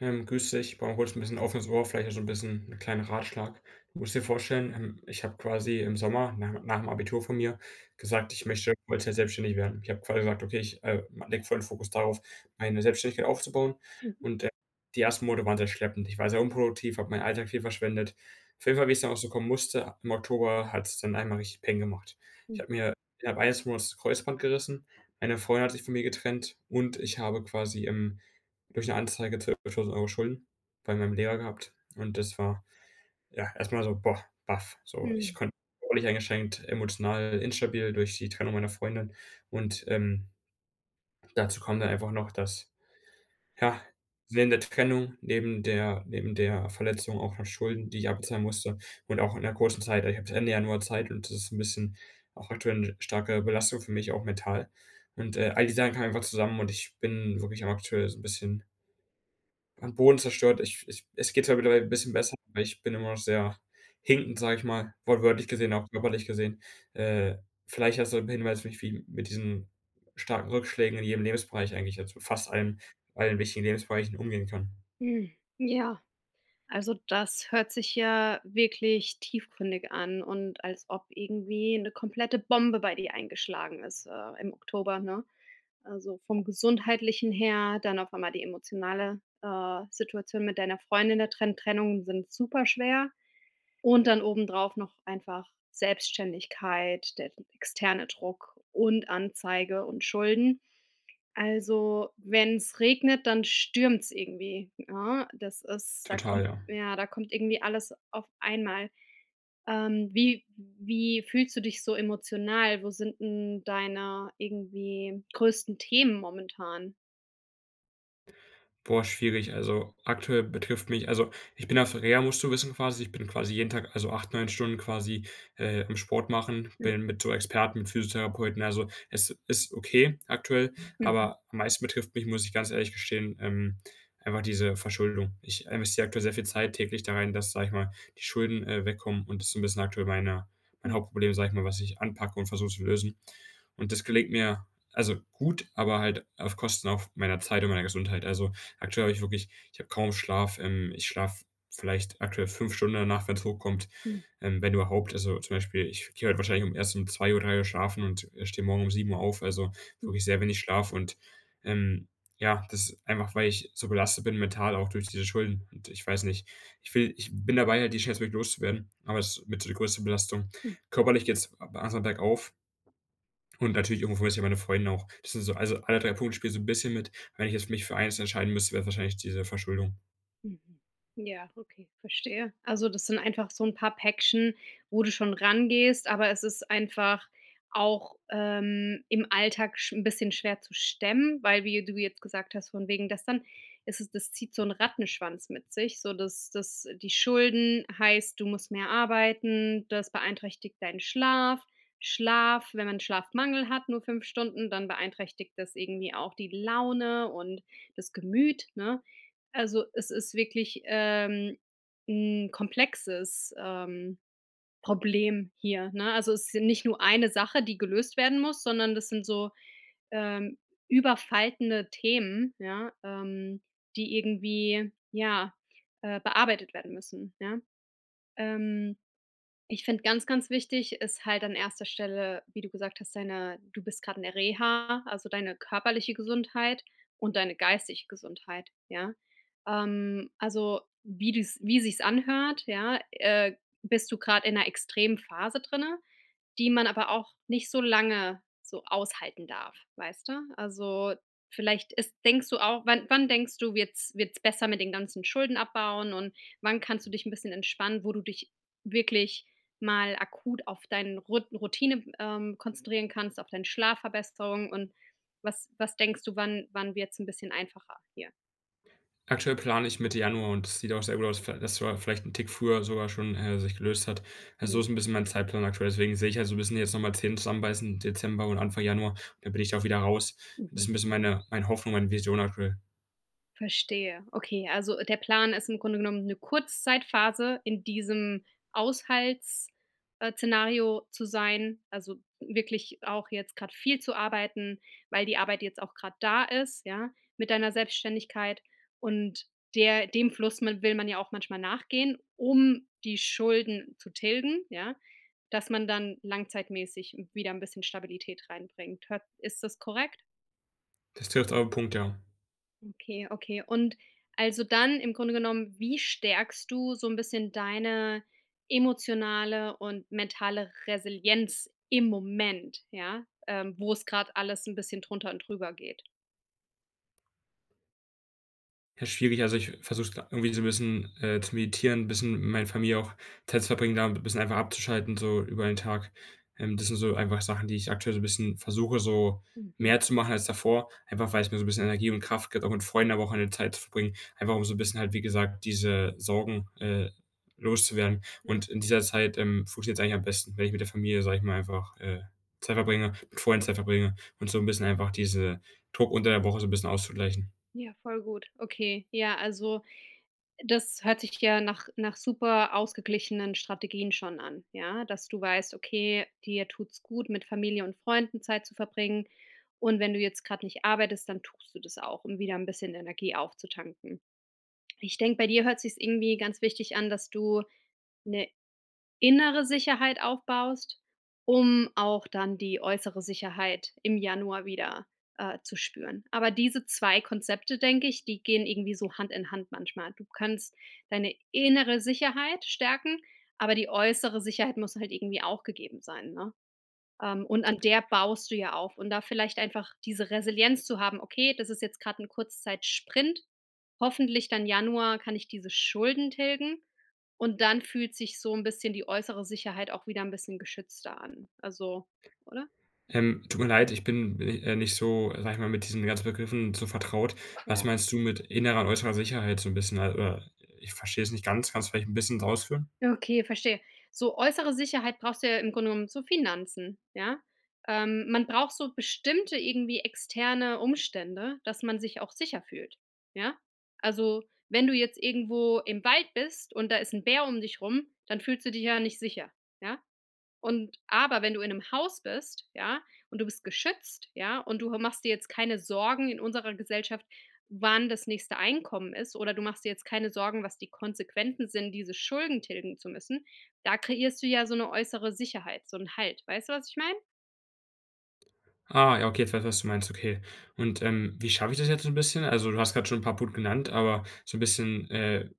Grüß dich. Ich brauche mal kurz 'n bisschen offenes Ohr, vielleicht auch so ein bisschen 'n kleinen Ratschlag. Du musst dir vorstellen, ich habe quasi im Sommer nach dem Abitur von mir gesagt, ich möchte Vollzeit selbstständig werden. Ich habe quasi gesagt: „Okay, ich lege vollen Fokus darauf, meine Selbstständigkeit aufzubauen.“ Mhm, Und, äh, Die ersten Monate waren sehr schleppend. Ich war sehr unproduktiv, habe meinen Alltag viel verschwendet. Auf jeden Fall, wie es dann auch so kommen musste, im Oktober hat es dann einmal richtig Peng gemacht. Ich habe mir innerhalb eines Monats das Kreuzband gerissen, meine Freundin hat sich von mir getrennt und ich habe quasi im durch eine Anzeige 12.000 Euro Schulden bei meinem Lehrer gehabt und das war, ja, erstmal so, boah, baff. So, mhm, ich konnte völlig eingeschränkt, emotional instabil durch die Trennung meiner Freundin und, dazu kam dann einfach noch, dass, ja, neben der Trennung, neben der Verletzung auch noch Schulden, die ich abbezahlen musste und auch in der kurzen Zeit. Ich habe bis Ende Januar Zeit und das ist ein bisschen auch aktuell 'ne starke Belastung für mich, auch mental. All die Sachen kamen einfach zusammen und ich bin wirklich am aktuell so 'n bisschen am Boden zerstört. Ich es geht zwar mittlerweile ein bisschen besser, aber ich bin immer noch sehr hinkend, sage ich mal, wortwörtlich gesehen, auch körperlich gesehen. Äh, Vielleicht hast du 'n Hinweis für mich, wie mit diesen starken Rückschlägen in jedem Lebensbereich eigentlich, also fast allen wichtigen Lebensbereichen umgehen kann. mhm. Ja, also das hört sich ja wirklich tiefgründig an und als ob irgendwie eine komplette Bombe bei dir eingeschlagen ist, im Oktober, ne? Also, vom Gesundheitlichen her, dann auf einmal die emotionale, Situation mit deiner Freundin, der Trennungen sind super schwer und dann obendrauf noch einfach Selbstständigkeit, der externe Druck und Anzeige und Schulden. Also, wenn es regnet, dann stürmt es irgendwie, ne? Das ist Da Total, kommt ja. ja, da kommt irgendwie alles auf einmal. Wie fühlst du dich so emotional? Wo sind 'n deine irgendwie größten Themen momentan? Boah, schwierig. Also, aktuell betrifft mich also, ich bin auf Reha, musst du wissen quasi. Ich bin quasi jeden Tag, also 8, 9 Stunden quasi, am Sport machen, bin mit so Experten, mit Physiotherapeuten. Also, es ist okay aktuell, aber am meisten betrifft mich, muss ich ganz ehrlich gestehen, einfach diese Verschuldung. Ich investiere aktuell sehr viel Zeit täglich da rein, dass, sage ich mal, die Schulden, wegkommen und das ist so 'n bisschen aktuell mein Hauptproblem, sage ich mal, was ich anpacke und versuche zu lösen. Und das gelingt mir, also, gut, aber halt auf Kosten auch meiner Zeit und meiner Gesundheit. Also aktuell habe ich wirklich ich habe kaum Schlaf. Ich schlafe vielleicht aktuell 5 Stunden in wenn es hochkommt, Mhm. Wenn überhaupt. Also, zum Beispiel, ich gehe heute wahrscheinlich um erst um 2 Uhr 3 Uhr schlafen und, stehe morgen um 7 Uhr auf, also wirklich sehr wenig Schlaf und, ähm, ja, das ist einfach, weil ich so belastet bin mental auch durch diese Schulden und ich weiß nicht. Ich bin dabei, halt die schnellstmöglich loszuwerden, aber es ist mit so die größte Belastung. Körperlich geht's langsam bergauf, und natürlich irgendwo vermisse ich ja meine Freunde auch. Das sind so also alle 3 Punkte spielen so ein bisschen mit. Wenn ich jetzt mich für eins entscheiden müsste, wäre es wahrscheinlich diese Verschuldung. Mhm. Ja, okay, verstehe. Also, das sind einfach so ein paar Päckchen, wo du schon rangehst, aber es ist einfach auch, im Alltag sch 'n bisschen schwer zu stemmen, weil wie du jetzt gesagt hast, von wegen, dass dann ist es das zieht so einen Rattenschwanz mit sich, so dass die Schulden heißt, du musst mehr arbeiten, das beeinträchtigt deinen Schlaf. Schlaf, wenn man Schlafmangel hat, nur 5 Stunden, dann beeinträchtigt das irgendwie auch die Laune und das Gemüt, ne? Also, es ist wirklich, 'n komplexes, Problem hier, ne? Also, es ist nicht nur eine Sache, die gelöst werden muss, sondern das sind so, ähm, überfaltende Themen, ja, die irgendwie, ja, bearbeitet werden müssen, ja? Ähm Ich finde ganz, ganz wichtig ist halt an erster Stelle, wie du gesagt hast, deine du bist gerade in der Reha, also deine körperliche Gesundheit und deine geistige Gesundheit, ja? Also, wie sich's anhört, ja, bist du gerade in einer extremen Phase drinne? Die man aber auch nicht so lange so aushalten darf, weißt du? Also, vielleicht ist denkst du auch wann denkst du, wird's besser mit den ganzen Schulden abbauen und wann kannst du dich ein bisschen entspannen, wo du dich wirklich mal akut auf deinen Rut Routine, konzentrieren kannst, auf deine Schlafverbesserung und was denkst du, wann wird es ein bisschen einfacher hier? Aktuell plane ich Mitte Januar und das sieht auch sehr gut aus, v dass sogar vielleicht ein Tick früher sogar schon, sich gelöst hat. Also, so Mhm. ist ein bisschen mein Zeitplan aktuell. Deswegen sehe ich halt so 'n bisschen jetzt noch mal Zähne zusammenbeißen, Dezember und Anfang Januar, und dann bin ich da auch wieder raus. Das Mhm. ist ein bisschen meine Hoffnung, meine Vision aktuell. Verstehe. Okay, also der Plan ist im Grunde genommen eine Kurzzeitphase in diesem Aushalts Szenario zu sein, also wirklich auch jetzt gerade viel zu arbeiten, weil die Arbeit jetzt auch gerade da ist, ja, mit deiner Selbstständigkeit und der dem Fluss man ja auch manchmal nachgehen, um die Schulden zu tilgen, ja, dass man dann langzeitmäßig wieder ein bisschen Stabilität reinbringt. Hört Ist das korrekt? Das trifft auf Punkt, ja. Okay, okay. Und also dann im Grunde genommen, wie stärkst du so ein bisschen deine emotionale und mentale Resilienz im Moment, ja, wo es gerade alles ein bisschen drunter und drüber geht? Ja, schwierig. Also, ich versuche irgendwie so ein bisschen, zu meditieren, ein bisschen mit meiner Familie auch Zeit zu verbringen, da ein bisschen einfach abzuschalten so über den Tag. Das sind so einfach Sachen, die ich aktuell so ein bisschen versuche, so Mhm. mehr zu machen als davor, einfach weil's mir so ein bisschen Energie und Kraft gibt, auch mit Freunden aber auch eine Zeit zu verbringen, einfach um so ein bisschen halt, wie gesagt, diese Sorgen, loszuwerden. Ja, Und in dieser Zeit, funktioniert's eigentlich am besten, wenn ich mit der Familie, sage ich mal, einfach, Zeit verbringe, mit Freunden Zeit verbringe und so ein bisschen einfach diese Druck unter der Woche so ein bisschen auszugleichen. ja, voll gut. Okay, ja, also das hört sich ja nach super ausgeglichenen Strategien schon an, ja? Dass du weißt, okay, dir tut's gut, mit Familie und Freunden Zeit zu verbringen und wenn du jetzt gerade nicht arbeitest, dann tust du das auch, um wieder ein bisschen Energie aufzutanken. Ich denke, bei dir hört sich's irgendwie ganz wichtig an, dass du eine innere Sicherheit aufbaust, um auch dann die äußere Sicherheit im Januar wieder, zu spüren. Aber diese 2 Konzepte, denke ich, die gehen irgendwie so Hand in Hand manchmal. Du kannst deine innere Sicherheit stärken, aber die äußere Sicherheit muss halt irgendwie auch gegeben sein, ne? Und an der baust du ja auf. Und da vielleicht einfach diese Resilienz zu haben: „Okay, das ist jetzt grad 'n Kurzzeitsprint. Hoffentlich dann Januar kann ich diese Schulden tilgen.“ Und dann fühlt sich so ein bisschen die äußere Sicherheit auch wieder ein bisschen geschützter an. Also, oder? Tut mir leid, ich bin, nicht so, sag ich mal, mit diesen ganzen Begriffen so vertraut. Was meinst du mit innerer und äußerer Sicherheit so ein bisschen? Al Oder ich verstehe es nicht ganz. Kannst du vielleicht ein bisschen ausführen? Okay, verstehe. So äußere Sicherheit brauchst du ja im Grunde genommen so Finanzen, ja? Man braucht so bestimmte irgendwie externe Umstände, dass man sich auch sicher fühlt, ja? Also, wenn du jetzt irgendwo im Wald bist und da ist ein Bär um dich rum, dann fühlst du dich ja nicht sicher, ja? Und aber wenn du in einem Haus bist, ja, und du bist geschützt, ja, und du machst dir jetzt keine Sorgen in unserer Gesellschaft, wann das nächste Einkommen ist, oder du machst dir jetzt keine Sorgen, was die Konsequenzen sind, diese Schulden tilgen zu müssen, da kreierst du ja so eine äußere Sicherheit, so einen Halt. Weißt du, was ich meine? Ah, ja, okay, jetzt weiß ich, was du meinst, okay. Und, wie schaffe ich das jetzt so ein bisschen? Also, du hast gerade schon ein paar Punkte genannt, aber so ein bisschen,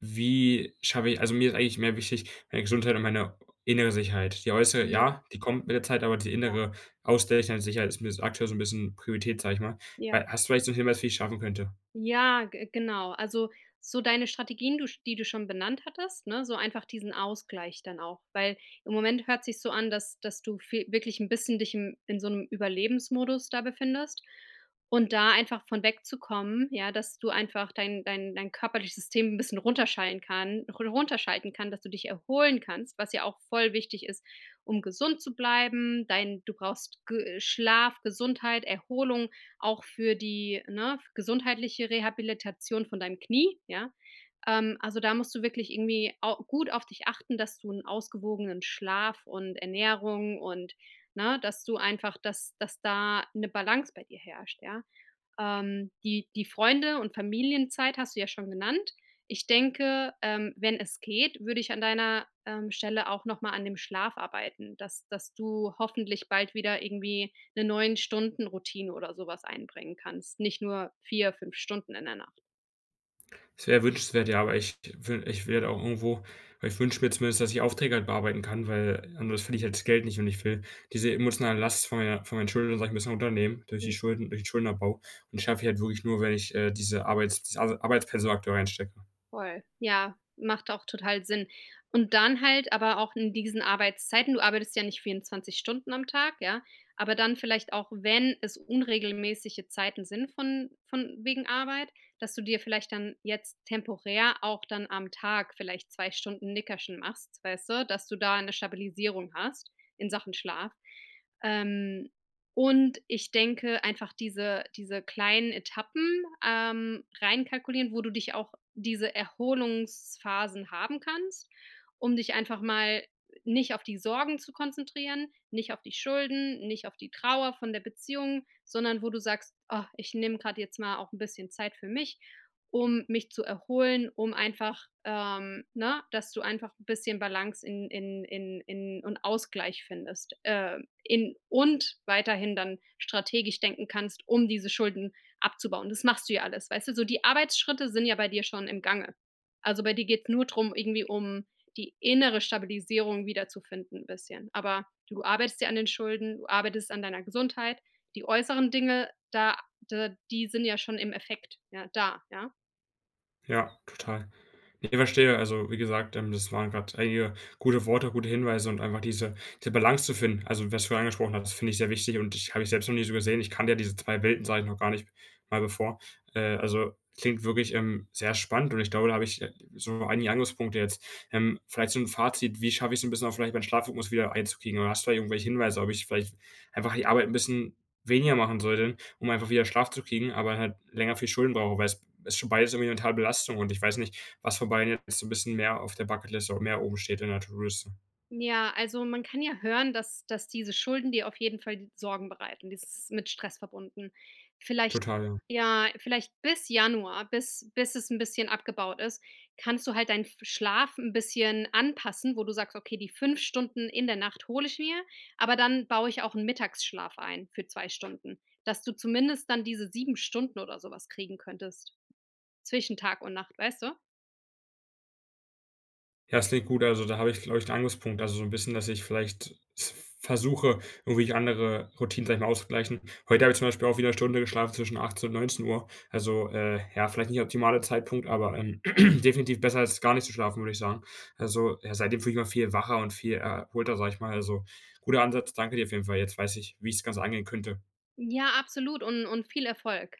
wie schaffe ich also, mir ist eigentlich mehr wichtig meine Gesundheit und meine innere Sicherheit. Die äußere, Mhm, ja, die kommt mit der Zeit, aber die ja, innere Ausgleich an Sicherheit ist mir aktuell so ein bisschen Priorität, sag ich mal. ja. Wei Hast du vielleicht so 'n Hinweis, wie ich's schaffen könnte? Ja, g genau. Also, so deine Strategien, du sch die du schon benannt hattest, ne, so einfach diesen Ausgleich dann auch. Weil im Moment hört sich so an, dass du viel wirklich ein bisschen dich im in so einem Überlebensmodus da befindest und da einfach von wegzukommen, ja, dass du einfach dein körperliches System ein bisschen runterschalten kann, dass du dich erholen kannst, was ja auch voll wichtig ist, um gesund zu bleiben. Dein Du brauchst Ge Schlaf, Gesundheit, Erholung auch für die, ne, gesundheitliche Rehabilitation von deinem Knie, ja. Also, da musst du wirklich irgendwie au gut auf dich achten, dass du einen ausgewogenen Schlaf und Ernährung und, ne, dass du einfach dass da eine Balance bei dir herrscht, ja. Die Freunde und Familienzeit hast du ja schon genannt. Ich denke, wenn es geht, würde ich an deiner, Stelle auch noch mal an dem Schlaf arbeiten, dass du hoffentlich bald wieder irgendwie eine 9 Stunden Routine oder sowas einbringen kannst, nicht nur 4, 5 Stunden in der Nacht. Es wäre wünschenswert, ja, aber ich werde auch irgendwo weil ich wünsche mir zumindest, dass ich Aufträge halt bearbeiten kann, weil anders verliere ich halt das Geld nicht und ich will diese emotionale Last von meinen Schultern, sage ich, 'n bisschen runternehmen durch die Schulden durch den Schuldenabbau. Und das schaffe ich halt wirklich nur, wenn ich, diese Arbeits diese Ar Arbeitsperson aktuell reinstecke. Voll. Ja, macht auch total Sinn. Und dann halt aber auch in diesen Arbeitszeiten du arbeitest ja nicht 24 Stunden am Tag, ja, aber dann vielleicht auch, wenn es unregelmäßige Zeiten sind von wegen Arbeit, dass du dir vielleicht dann jetzt temporär auch dann am Tag vielleicht 2 Stunden Nickerchen machst, weißt du, dass du da eine Stabilisierung hast in Sachen Schlaf. Ähm, und ich denke einfach diese kleinen Etappen reinkalkulieren, wo du dich auch diese Erholungsphasen haben kannst, um dich einfach mal nicht auf die Sorgen zu konzentrieren, nicht auf die Schulden, nicht auf die Trauer von der Beziehung, sondern wo du sagst: „Oh, ich nehme gerade jetzt mal auch ein bisschen Zeit für mich, um mich zu erholen, um einfach, ne dass du einfach ein bisschen Balance in und Ausgleich findest, in und weiterhin dann strategisch denken kannst, um diese Schulden abzubauen. Das machst du ja alles, weißt du? So die Arbeitsschritte sind ja bei dir schon im Gange. Also bei dir geht es nur drum, irgendwie um die innere Stabilisierung wiederzufinden ein bisschen. Aber du arbeitest ja an den Schulden, du arbeitest an deiner Gesundheit. Die äußeren Dinge, da die sind ja schon im Effekt, ja, da, ja? Ja, total. Ich verstehe. Also, wie gesagt, das waren gerade einige gute Worte, gute Hinweise und einfach diese Balance zu finden. Also, was du angesprochen hast, finde ich sehr wichtig und ich selbst noch nie so gesehen. Ich kannte ja diese 2 Welten, sage ich, noch gar nicht mal bevor. Also, klingt wirklich, sehr spannend und ich glaube, da habe ich, so einige Angriffspunkte jetzt. Vielleicht so ein Fazit, wie schaffe ich's ein bisschen auch vielleicht meinen Schlafrhythmus wieder einzukriegen? Oder hast du da irgendwelche Hinweise, ob ich vielleicht einfach die Arbeit ein bisschen weniger machen sollte, um einfach wieder Schlaf zu kriegen, aber halt länger für die Schulden brauche, weil es ist schon beides irgendwie eine mentale Belastung und ich weiß nicht was für Bayern jetzt so 'n bisschen mehr auf der Bucketlist oder mehr oben steht in der To-Do-Liste. Ja, also man kann ja hören, dass diese Schulden dir auf jeden Fall die Sorgen bereiten. Das ist mit Stress verbunden. Vielleicht Total, ja. Ja, vielleicht bis Januar, bis es ein bisschen abgebaut ist, kannst du halt deinen F Schlaf ein bisschen anpassen, wo du sagst: „Okay, die 5 Stunden in der Nacht hole ich mir, aber dann baue ich auch einen Mittagsschlaf ein für 2 Stunden.“ Dass du zumindest dann diese 7 Stunden oder sowas kriegen könntest zwischen Tag und Nacht, weißt du? Ja, das klingt gut. Also, da habe ich, glaube ich, 'n Angriffspunkt. Also, so 'n bisschen, dass ich vielleicht s versuche, irgendwie andere Routinen, sage ich mal, auszugleichen. Heute habe ich zum Beispiel auch wieder 'ne Stunde geschlafen zwischen 18 und 19 Uhr. Also, ja, vielleicht nicht optimaler Zeitpunkt, aber, definitiv besser als gar nicht zu schlafen, würde ich sagen. Also, ja, seitdem fühle ich mich viel wacher und viel erholter, sage ich mal. Also, guter Ansatz. Danke dir auf jeden Fall. Jetzt weiß ich, wie ich's Ganze angehen könnte. Ja, absolut und viel Erfolg.